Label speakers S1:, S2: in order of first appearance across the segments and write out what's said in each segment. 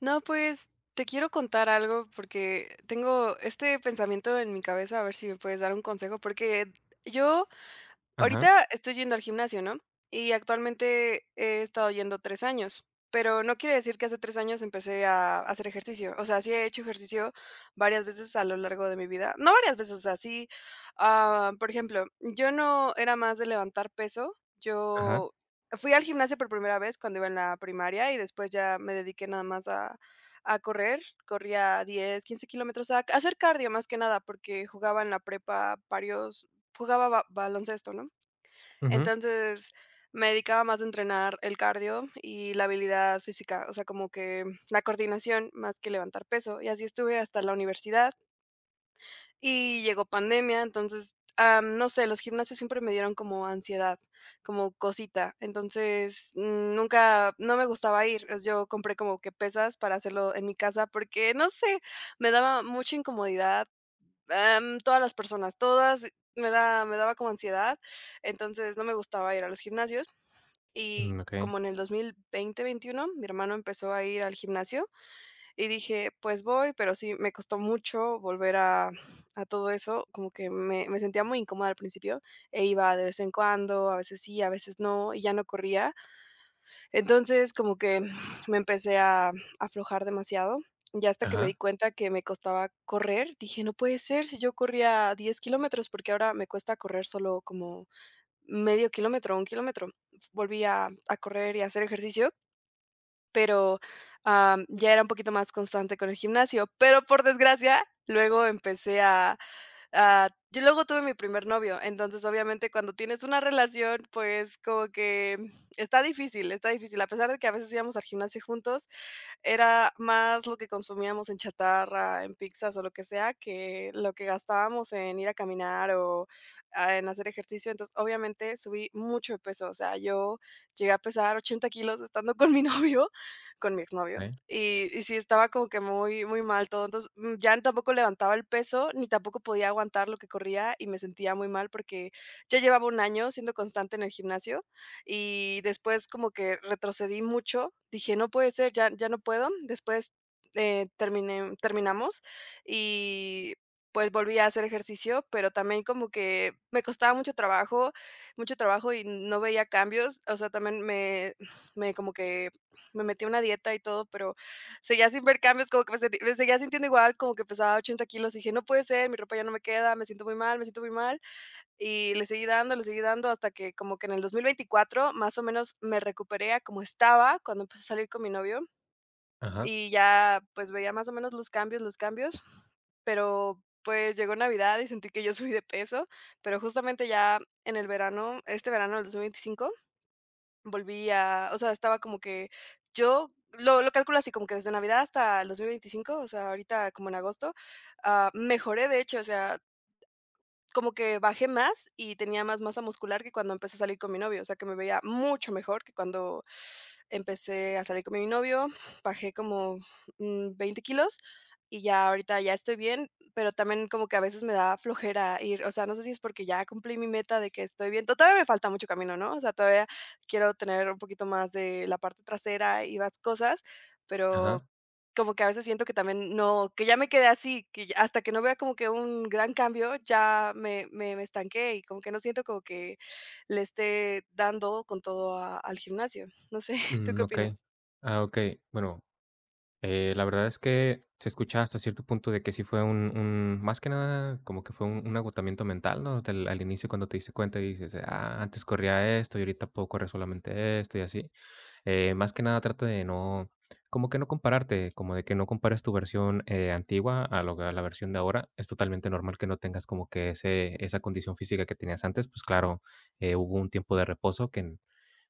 S1: No, pues te quiero contar algo porque tengo este pensamiento en mi cabeza, a ver si me puedes dar un consejo, porque yo
S2: Ajá,
S1: ahorita estoy yendo al gimnasio, ¿no? Y actualmente he estado yendo 3 años, pero no quiere decir que hace 3 años empecé a hacer ejercicio. O sea, sí he hecho ejercicio varias veces a lo largo de mi vida. No varias veces, o sea, sí, por ejemplo, yo no era más de levantar peso.
S2: ajá,
S1: Yo fui al gimnasio por primera vez cuando iba en la primaria y después ya me dediqué nada más a correr. Corría 10, 15 kilómetros, a hacer cardio más que nada, porque jugaba en la prepa varios jugaba ba baloncesto, ¿no?
S2: ujú,
S1: Entonces, me dedicaba más a entrenar el cardio y la habilidad física, o sea, como que la coordinación más que levantar peso. Y así estuve hasta la universidad y llegó pandemia, entonces, no sé, los gimnasios siempre me dieron como ansiedad, como cosita. Entonces, nunca, no me gustaba ir. Yo compré como que pesas para hacerlo en mi casa porque, no sé, me daba mucha incomodidad. Todas las personas, todas me daba como ansiedad, entonces no me gustaba ir a los gimnasios. Y
S2: mm,
S1: como en el 2020, 21, mi hermano empezó a ir al gimnasio y dije: "Pues voy", pero sí me costó mucho volver a todo eso, como que me sentía muy incómoda al principio, e iba de vez en cuando, a veces sí, a veces no, y ya no corría. Entonces, como que me empecé a aflojar demasiado, ya hasta que me di
S2: ajá,
S1: cuenta que me costaba correr, dije: "No puede ser, si yo corría 10 kilómetros, porque ahora me cuesta correr solo como medio kilómetro, un kilómetro". Volví a correr y a hacer ejercicio, pero, ya era un poquito más constante con el gimnasio, pero por desgracia, luego empecé a... yo luego tuve mi primer novio, entonces, obviamente, cuando tienes una relación, pues, como que está difícil, a pesar de que a veces íbamos al gimnasio juntos, era más lo que consumíamos en chatarra, en pizzas o lo que sea, que lo que gastábamos en ir a caminar o, en hacer ejercicio. Entonces, obviamente, subí mucho de peso. O sea, yo llegué a pesar 80 kilos estando con mi novio, con mi exnovio,
S2: okey,
S1: y sí estaba como que muy muy mal todo. Entonces, ya tampoco levantaba el peso, ni tampoco podía aguantar lo que corría, y me sentía muy mal porque ya llevaba un año siendo constante en el gimnasio, y después como que retrocedí mucho, dije: "No puede ser, ya no puedo". Después, terminé terminamos y, pues, volví a hacer ejercicio, pero también como que me costaba mucho trabajo y no veía cambios, o sea, también me como que me metí a una dieta y todo, pero seguía sin ver cambios, como que me seguía sintiendo igual, como que pesaba 80 kilos, dije: "No puede ser, mi ropa ya no me queda, me siento muy mal, me siento muy mal". Y le seguí dando hasta que como que en el 2024 más o menos me recuperé a como estaba cuando empecé a salir con mi novio
S2: ajá,
S1: y ya, pues, veía más o menos los cambios, pero, pues, llegó Navidad y sentí que yo subí de peso, pero justamente ya en el verano, este verano del 2025, volví a... O sea, estaba como que yo lo calculo así como que desde Navidad hasta el 2025, o sea, ahorita como en agosto, mejoré, de hecho, o sea, como que bajé más y tenía más masa muscular que cuando empecé a salir con mi novio, o sea, que me veía mucho mejor que cuando empecé a salir con mi novio. Bajé como, 20 kilos y ya ahorita ya estoy bien, pero también como que a veces me da flojera ir, o sea, no sé si es porque ya cumplí mi meta de que estoy bien, todavía me falta mucho camino, ¿no? O sea, todavía quiero tener un poquito más de la parte trasera y más cosas, pero
S2: ajá,
S1: como que a veces siento que también no, que ya me quedé así, que ya hasta que no vea como que un gran cambio, ya me estanqué y como que no siento como que le esté dando con todo a al gimnasio. No sé, ¿tú
S2: mm,
S1: qué
S2: okey.
S1: opinas?
S2: Ah, okey. Bueno, la verdad es que se escucha hasta cierto punto de que sí fue un más que nada, como que fue un agotamiento mental, ¿no? Del al inicio cuando te diste cuenta y dices: "Ah, antes corría esto y ahorita puedo correr solamente esto", y así. Más que nada trata de no, como que no compararte, como de que no compares tu versión, antigua a lo que a la versión de ahora. Es totalmente normal que no tengas como que ese esa condición física que tenías antes. Pues claro, hubo un tiempo de reposo que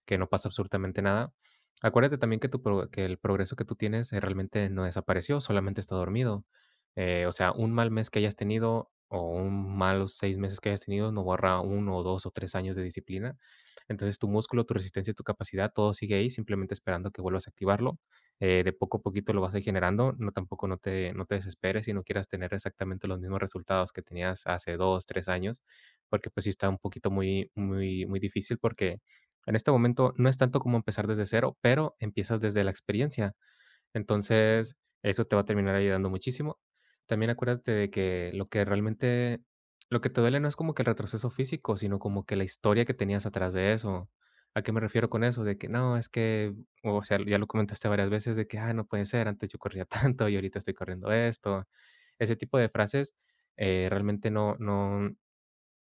S2: que no pasa absolutamente nada. Acuérdate también que que el progreso que tú tienes, realmente no desapareció, solamente está dormido. Un mal mes que hayas tenido o un malos seis meses que hayas tenido no borra uno o dos o tres años de disciplina. Entonces tu músculo, tu resistencia y tu capacidad, todo sigue ahí, simplemente esperando que vuelvas a activarlo. De poco a poquito lo vas a ir generando. No, tampoco no te desesperes y no quieras tener exactamente los mismos resultados que tenías hace dos, tres años, porque pues sí está un poquito muy, muy, muy difícil porque en este momento no es tanto como empezar desde cero, pero empiezas desde la experiencia. Entonces, eso te va a terminar ayudando muchísimo. También acuérdate de que lo que realmente, lo que te duele no es como que el retroceso físico, sino como que la historia que tenías atrás de eso. ¿A qué me refiero con eso? De que no, es que, o sea, ya lo comentaste varias veces de que, ah, no puede ser, antes yo corría tanto y ahorita estoy corriendo esto. Ese tipo de frases, realmente no, no,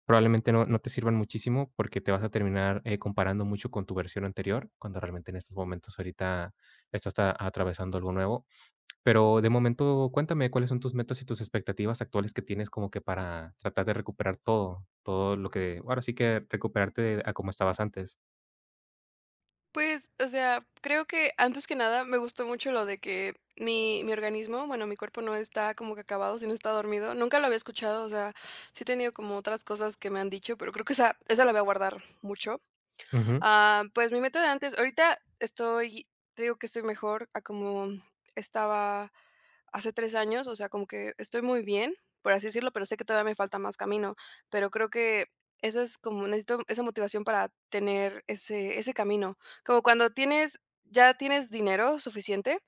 S2: probablemente no te sirvan muchísimo porque te vas a terminar, comparando mucho con tu versión anterior, cuando realmente en estos momentos ahorita estás a atravesando algo nuevo. Pero de momento, cuéntame, ¿cuáles son tus metas y tus expectativas actuales que tienes como que para tratar de recuperar todo? Todo lo que ahora sí que recuperarte a como estabas antes.
S1: Pues, o sea, creo que antes que nada me gustó mucho lo de que mi organismo, bueno, mi cuerpo no está como que acabado, sino está dormido. Nunca lo había escuchado, o sea, sí he tenido como otras cosas que me han dicho, pero creo que esa la voy a guardar mucho.
S2: Ujú.
S1: Ah, pues mi meta de antes, ahorita estoy, te digo que estoy mejor a como estaba hace 3 años, o sea, como que estoy muy bien, por así decirlo, pero sé que todavía me falta más camino, pero creo que eso es como necesito esa motivación para tener ese camino, como cuando tienes ya tienes dinero suficiente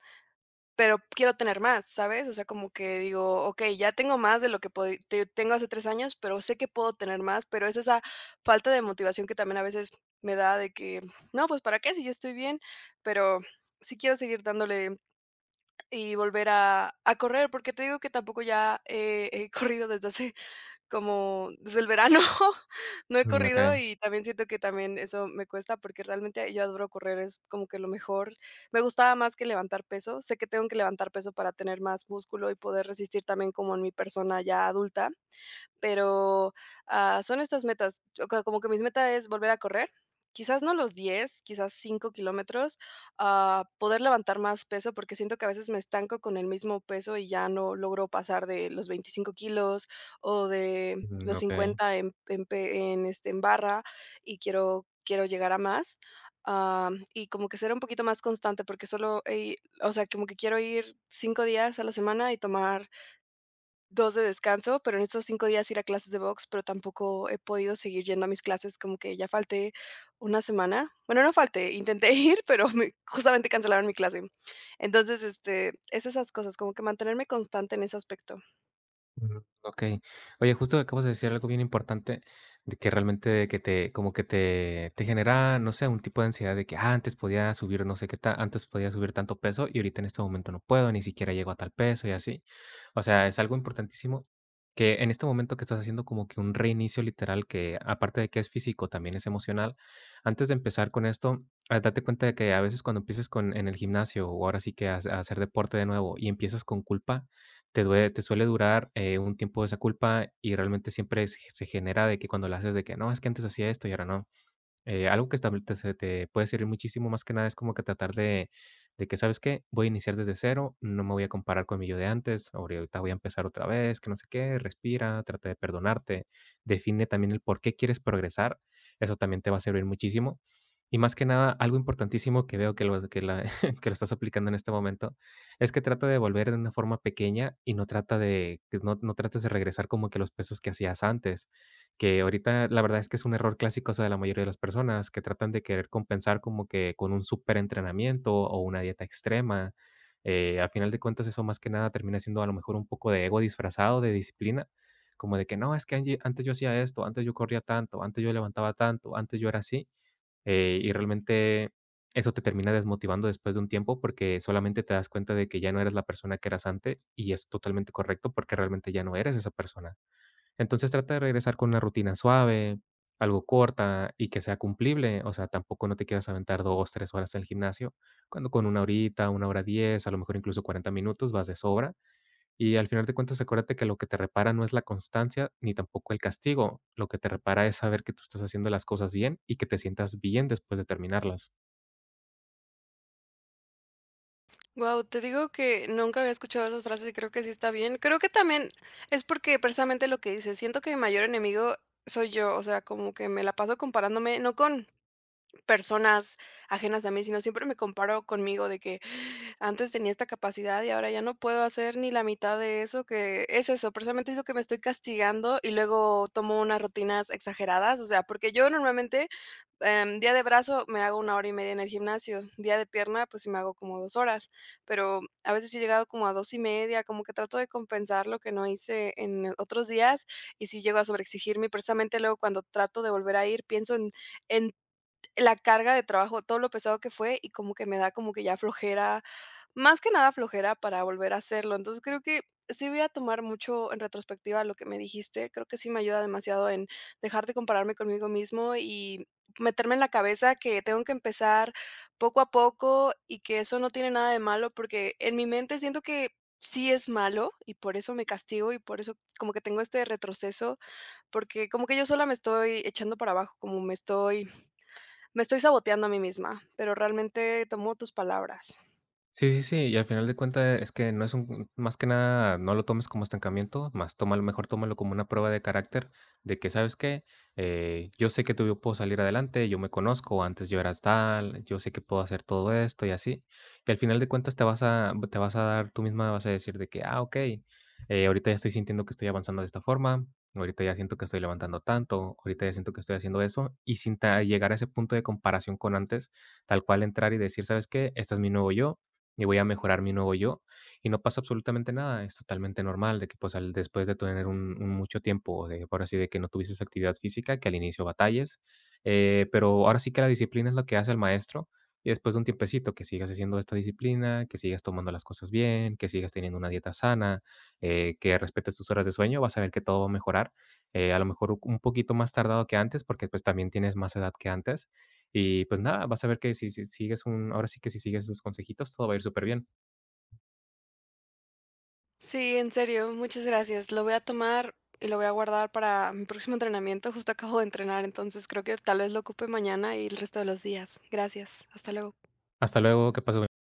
S1: pero quiero tener más, ¿sabes? O sea, como que digo, okey, ya tengo más de lo que pod te tengo hace 3 años, pero sé que puedo tener más, pero es esa falta de motivación que también a veces me da de que, no, pues, ¿para qué si ya estoy bien? Pero sí quiero seguir dándole y volver a correr, porque te digo que tampoco ya he corrido desde hace como desde el verano no he
S2: Mm,
S1: corrido
S2: okey.
S1: y también siento que también eso me cuesta, porque realmente yo adoro correr, es como que lo mejor. Me gustaba más que levantar peso. Sé que tengo que levantar peso para tener más músculo y poder resistir también como en mi persona ya adulta, pero, son estas metas, o sea, como que mis meta es volver a correr, quizás no los 10, quizás 5 kilómetros, poder levantar más peso, porque siento que a veces me estanco con el mismo peso y ya no logro pasar de los 25 kilos o de
S2: Mm,
S1: los
S2: okey.
S1: 50 en en barra y quiero llegar a más, y como que ser un poquito más constante, porque solo, o sea, como que quiero ir 5 días a la semana y tomar 2 de descanso, pero en estos 5 días ir a clases de box, pero tampoco he podido seguir yendo a mis clases, como que ya falté una semana. Bueno, no falté, intenté ir, pero me justamente cancelaron mi clase. Entonces, este, es esas cosas, como que mantenerme constante en ese aspecto.
S2: Mm, okey. Oye, justo acabas de decir algo bien importante, de que realmente que te, como que te genera, no sé, un tipo de ansiedad de que: "Ah, antes podía subir no sé qué ta antes podía subir tanto peso y ahorita en este momento no puedo, ni siquiera llego a tal peso", y así. O sea, es algo importantísimo que en este momento que estás haciendo como que un reinicio literal que, aparte de que es físico, también es emocional. Antes de empezar con esto, date cuenta de que a veces cuando empieces con en el gimnasio, o ahora sí que a hacer deporte de nuevo y empiezas con culpa, te suele durar, un tiempo esa culpa y realmente siempre se genera de que cuando la haces de que no, es que antes hacía esto y ahora no. Algo que estab te se te puede servir muchísimo, más que nada, es como que tratar de que, ¿sabes qué? Voy a iniciar desde cero, no me voy a comparar con mi yo de antes, ahorita voy a empezar otra vez, que no sé qué, respira, trata de perdonarte, define también el por qué quieres progresar, eso también te va a servir muchísimo. Y más que nada, algo importantísimo que veo que lo que la que lo estás aplicando en este momento, es que trata de volver de una forma pequeña y no trates de regresar como que los pesos que hacías antes. Que ahorita la verdad es que es un error clásico, o sea, de la mayoría de las personas que tratan de querer compensar como que con un superentrenamiento o una dieta extrema. Al final de cuentas, eso más que nada termina siendo a lo mejor un poco de ego disfrazado de disciplina, como de que no, es que antes yo hacía esto, antes yo corría tanto, antes yo levantaba tanto, antes yo era así. Y realmente eso te termina desmotivando después de un tiempo porque solamente te das cuenta de que ya no eres la persona que eras antes y es totalmente correcto porque realmente ya no eres esa persona. Entonces, trata de regresar con una rutina suave, algo corta y que sea cumplible. O sea, tampoco no te quieras aventar 2, 3 horas en el gimnasio, cuando con una horita, una hora 10, a lo mejor incluso 40 minutos vas de sobra. Y al final de cuentas, acuérdate que lo que te repara no es la constancia ni tampoco el castigo. Lo que te repara es saber que tú estás haciendo las cosas bien y que te sientas bien después de terminarlas.
S1: Wow, te digo que nunca había escuchado esas frases y creo que sí está bien. Creo que también es porque precisamente lo que dices, siento que mi mayor enemigo soy yo, o sea, como que me la paso comparándome, no con personas ajenas a mí, sino siempre me comparo conmigo de que antes tenía esta capacidad y ahora ya no puedo hacer ni la mitad de eso, que es eso, precisamente es lo que me estoy castigando y luego tomo unas rutinas exageradas, o sea, porque yo normalmente día de brazo me hago una hora y media en el gimnasio, día de pierna pues sí me hago como dos horas, pero a veces sí he llegado como a dos y media, como que trato de compensar lo que no hice en otros días y sí llego a sobreexigirme y precisamente luego cuando trato de volver a ir pienso en en la carga de trabajo, todo lo pesado que fue, y como que me da como que ya flojera, más que nada flojera para volver a hacerlo. Entonces, creo que sí voy a tomar mucho en retrospectiva lo que me dijiste. Creo que sí me ayuda demasiado en dejar de compararme conmigo mismo y meterme en la cabeza que tengo que empezar poco a poco y que eso no tiene nada de malo, porque en mi mente siento que sí es malo y por eso me castigo y por eso como que tengo este retroceso, porque como que yo sola me estoy echando para abajo, como me estoy saboteando a mí misma, pero realmente tomo tus palabras.
S2: Sí, sí, sí, y al final de cuentas es que no es un, más que nada, no lo tomes como estancamiento, más tómalo como una prueba de carácter, de que, ¿sabes qué? Yo sé que tú yo puedo salir adelante, yo me conozco, antes yo era tal, yo sé que puedo hacer todo esto y así. Y al final de cuentas te vas a dar tú misma vas a decir de que: "Ah, okey, ahorita ya estoy sintiendo que estoy avanzando de esta forma, ahorita ya siento que estoy levantando tanto, ahorita ya siento que estoy haciendo eso", y sin ta llegar a ese punto de comparación con antes, tal cual entrar y decir: "¿Sabes qué? Este es mi nuevo yo, y voy a mejorar mi nuevo yo, y no pasa absolutamente nada, es totalmente normal de que, pues, al después de tener un mucho tiempo de, ahora sí, de que no tuvieses actividad física, que al inicio batalles, pero ahora sí que la disciplina es lo que hace el maestro, y después de un tiempecito que sigas haciendo esta disciplina, que sigas tomando las cosas bien, que sigas teniendo una dieta sana, que respetes tus horas de sueño, vas a ver que todo va a mejorar, a lo mejor un poquito más tardado que antes, porque, pues, también tienes más edad que antes, y pues nada, vas a ver que si sigues un, ahora sí que si sigues sus consejitos, todo va a ir súper bien.
S1: Sí, en serio, muchas gracias. Lo voy a tomar y lo voy a guardar para mi próximo entrenamiento. Justo acabo de entrenar, entonces creo que tal vez lo ocupe mañana y el resto de los días. Gracias. Hasta luego.
S2: Hasta luego, que pases bonito.